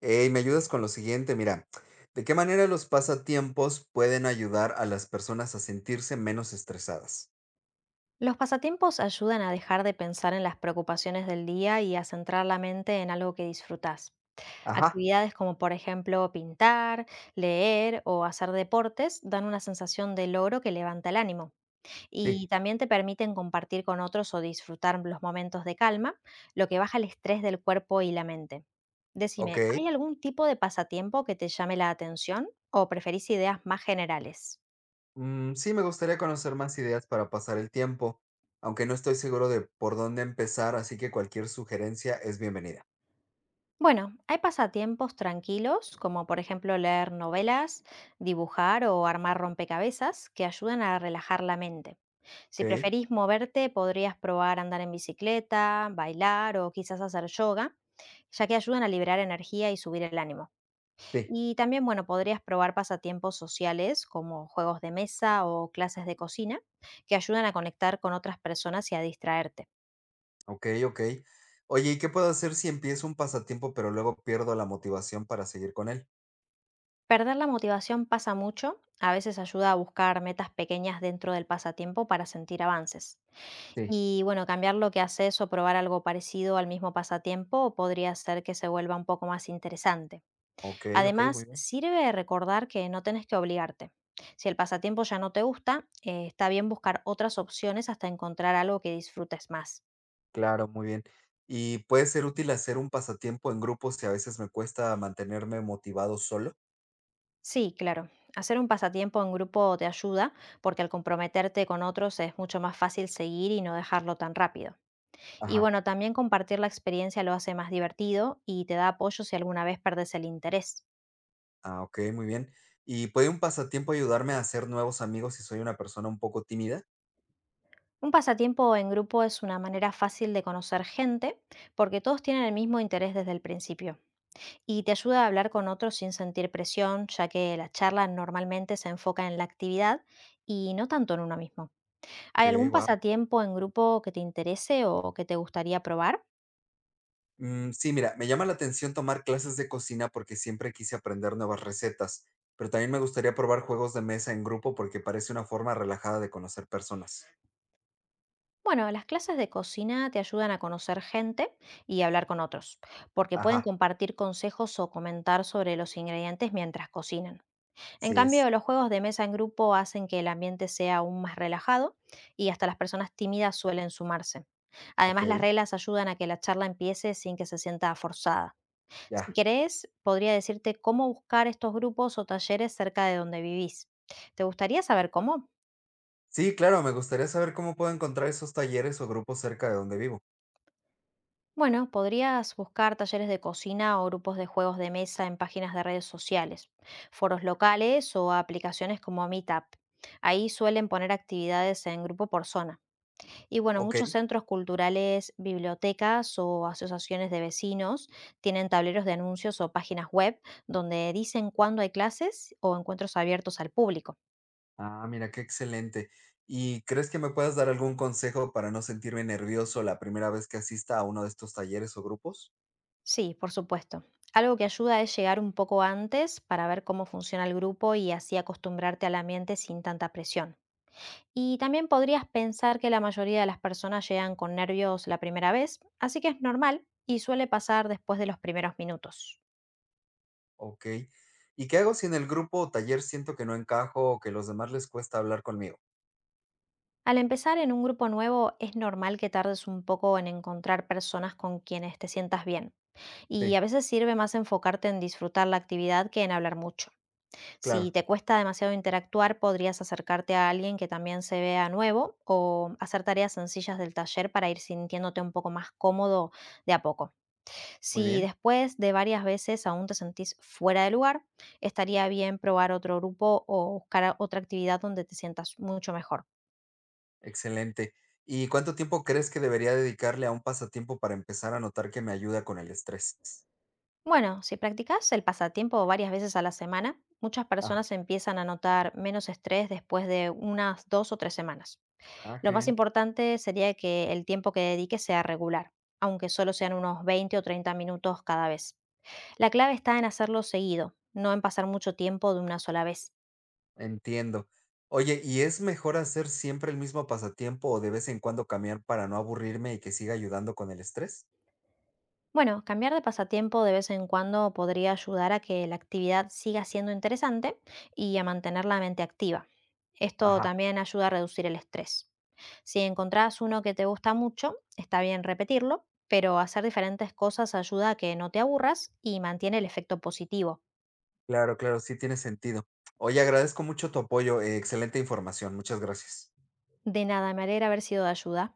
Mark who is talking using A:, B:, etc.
A: Hey, me ayudas con lo siguiente, mira, ¿de qué manera los pasatiempos pueden ayudar a las personas a sentirse menos estresadas?
B: Los pasatiempos ayudan a dejar de pensar en las preocupaciones del día y a centrar la mente en algo que disfrutás.
A: Ajá,
B: Actividades como por ejemplo pintar, leer o hacer deportes dan una sensación de logro que levanta el ánimo
A: sí.
B: y también te permiten compartir con otros o disfrutar los momentos de calma, lo que baja el estrés del cuerpo y la mente.
A: Ok,
B: Decime, ¿hay algún tipo de pasatiempo que te llame la atención o preferís ideas más generales?
A: sí, me gustaría conocer más ideas para pasar el tiempo, aunque no estoy seguro de por dónde empezar, así que cualquier sugerencia es bienvenida.
B: Bueno, hay pasatiempos tranquilos, como por ejemplo leer novelas, dibujar o armar rompecabezas, que ayudan a relajar la mente.
A: Ok,
B: Si preferís moverte, podrías probar andar en bicicleta, bailar o quizás hacer yoga, ya que ayudan a liberar energía y subir el ánimo.
A: sí.
B: Y también, bueno, podrías probar pasatiempos sociales, como juegos de mesa o clases de cocina, que ayudan a conectar con otras personas y a distraerte.
A: Ok, ok. Oye, ¿y qué puedo hacer si empiezo un pasatiempo pero luego pierdo la motivación para seguir con él?
B: Perder la motivación pasa mucho, a veces ayuda a buscar metas pequeñas dentro del pasatiempo para sentir avances.
A: Sí.
B: Y bueno, cambiar lo que haces o probar algo parecido al mismo pasatiempo podría hacer que se vuelva un poco más interesante.
A: Ok, ok, muy
B: Además,
A: bien.
B: sirve recordar que no tenés que obligarte. Si el pasatiempo ya no te gusta, está bien buscar otras opciones hasta encontrar algo que disfrutes más.
A: Claro, muy bien. ¿Y puede ser útil hacer un pasatiempo en grupo si a veces me cuesta mantenerme motivado solo?
B: Sí, claro. Hacer un pasatiempo en grupo te ayuda porque al comprometerte con otros es mucho más fácil seguir y no dejarlo tan rápido. Y
A: Ajá.
B: bueno, también compartir la experiencia lo hace más divertido y te da apoyo si alguna vez perdes el interés.
A: Ah, ok, muy bien. ¿Y puede un pasatiempo ayudarme a hacer nuevos amigos si soy una persona un poco tímida?
B: Un pasatiempo en grupo es una manera fácil de conocer gente porque todos tienen el mismo interés desde el principio y te ayuda a hablar con otros sin sentir presión, ya que la charla normalmente se enfoca en la actividad y no tanto en uno mismo.
A: Ok,
B: ¿Hay algún
A: wow.
B: pasatiempo en grupo que te interese o que te gustaría probar?
A: Mm, sí, mira, me llama la atención tomar clases de cocina porque siempre quise aprender nuevas recetas, pero también me gustaría probar juegos de mesa en grupo porque parece una forma relajada de conocer personas.
B: Bueno, las clases de cocina te ayudan a conocer gente y hablar con otros, porque pueden
A: Ajá,
B: compartir consejos o comentar sobre los ingredientes mientras cocinan. En
A: así es.
B: cambio, los juegos de mesa en grupo hacen que el ambiente sea aún más relajado y hasta las personas tímidas suelen sumarse. Además, las
A: Ok,
B: reglas ayudan a que la charla empiece sin que se sienta forzada. Si
A: ya.
B: querés, podría decirte cómo buscar estos grupos o talleres cerca de donde vivís. ¿Te gustaría saber cómo?
A: Sí, claro, me gustaría saber cómo puedo encontrar esos talleres o grupos cerca de donde vivo.
B: Bueno, podrías buscar talleres de cocina o grupos de juegos de mesa en páginas de redes sociales, foros locales o aplicaciones como Meetup. Ahí suelen poner actividades en grupo por zona. Y bueno,
A: Ok.
B: muchos centros culturales, bibliotecas o asociaciones de vecinos tienen tableros de anuncios o páginas web donde dicen cuándo hay clases o encuentros abiertos al público.
A: Ah, mira, qué excelente. ¿Y crees que me puedas dar algún consejo para no sentirme nervioso la primera vez que asista a uno de estos talleres o grupos?
B: Sí, por supuesto. Algo que ayuda es llegar un poco antes para ver cómo funciona el grupo y así acostumbrarte al ambiente sin tanta presión. Y también podrías pensar que la mayoría de las personas llegan con nervios la primera vez, así que es normal y suele pasar después de los primeros minutos.
A: Ok. ¿Y qué hago si en el grupo o taller siento que no encajo o que los demás les cuesta hablar conmigo?
B: Al empezar en un grupo nuevo es normal que tardes un poco en encontrar personas con quienes te sientas bien, y
A: Sí,
B: a veces sirve más enfocarte en disfrutar la actividad que en hablar mucho. Si
A: claro.
B: te cuesta demasiado interactuar, podrías acercarte a alguien que también se vea nuevo o hacer tareas sencillas del taller para ir sintiéndote un poco más cómodo de a poco.
A: Muy
B: Si
A: bien.
B: después de varias veces aún te sentís fuera de lugar, estaría bien probar otro grupo o otra actividad donde te sientas mucho mejor.
A: Excelente. ¿Y cuánto tiempo crees que debería dedicarle a un pasatiempo para empezar a notar que me ayuda con el estrés?
B: Bueno, si practicas el pasatiempo varias veces a la semana, muchas
A: Ah,
B: personas empiezan a notar menos estrés después de unas 2 o 3 semanas.
A: ah, qué
B: Lo más
A: bien.
B: importante sería que el tiempo que dedique sea regular, aunque solo sean unos 20 o 30 minutos cada vez. La clave está en hacerlo seguido, no en pasar mucho tiempo de una sola vez.
A: Entiendo. Oye, ¿y es mejor hacer siempre el mismo pasatiempo o de vez en cuando cambiar para no aburrirme y que siga ayudando con el estrés?
B: Bueno, cambiar de pasatiempo de vez en cuando podría ayudar a que la actividad siga siendo interesante y a mantener la mente activa. Esto
A: Ajá,
B: también ayuda a reducir el estrés. Si encontrás uno que te gusta mucho, está bien repetirlo, pero hacer diferentes cosas ayuda a que no te aburras y mantiene el efecto positivo.
A: claro, claro, sí tiene sentido. Oye, agradezco mucho tu apoyo, excelente información, muchas gracias.
B: De nada, me alegra haber sido de ayuda.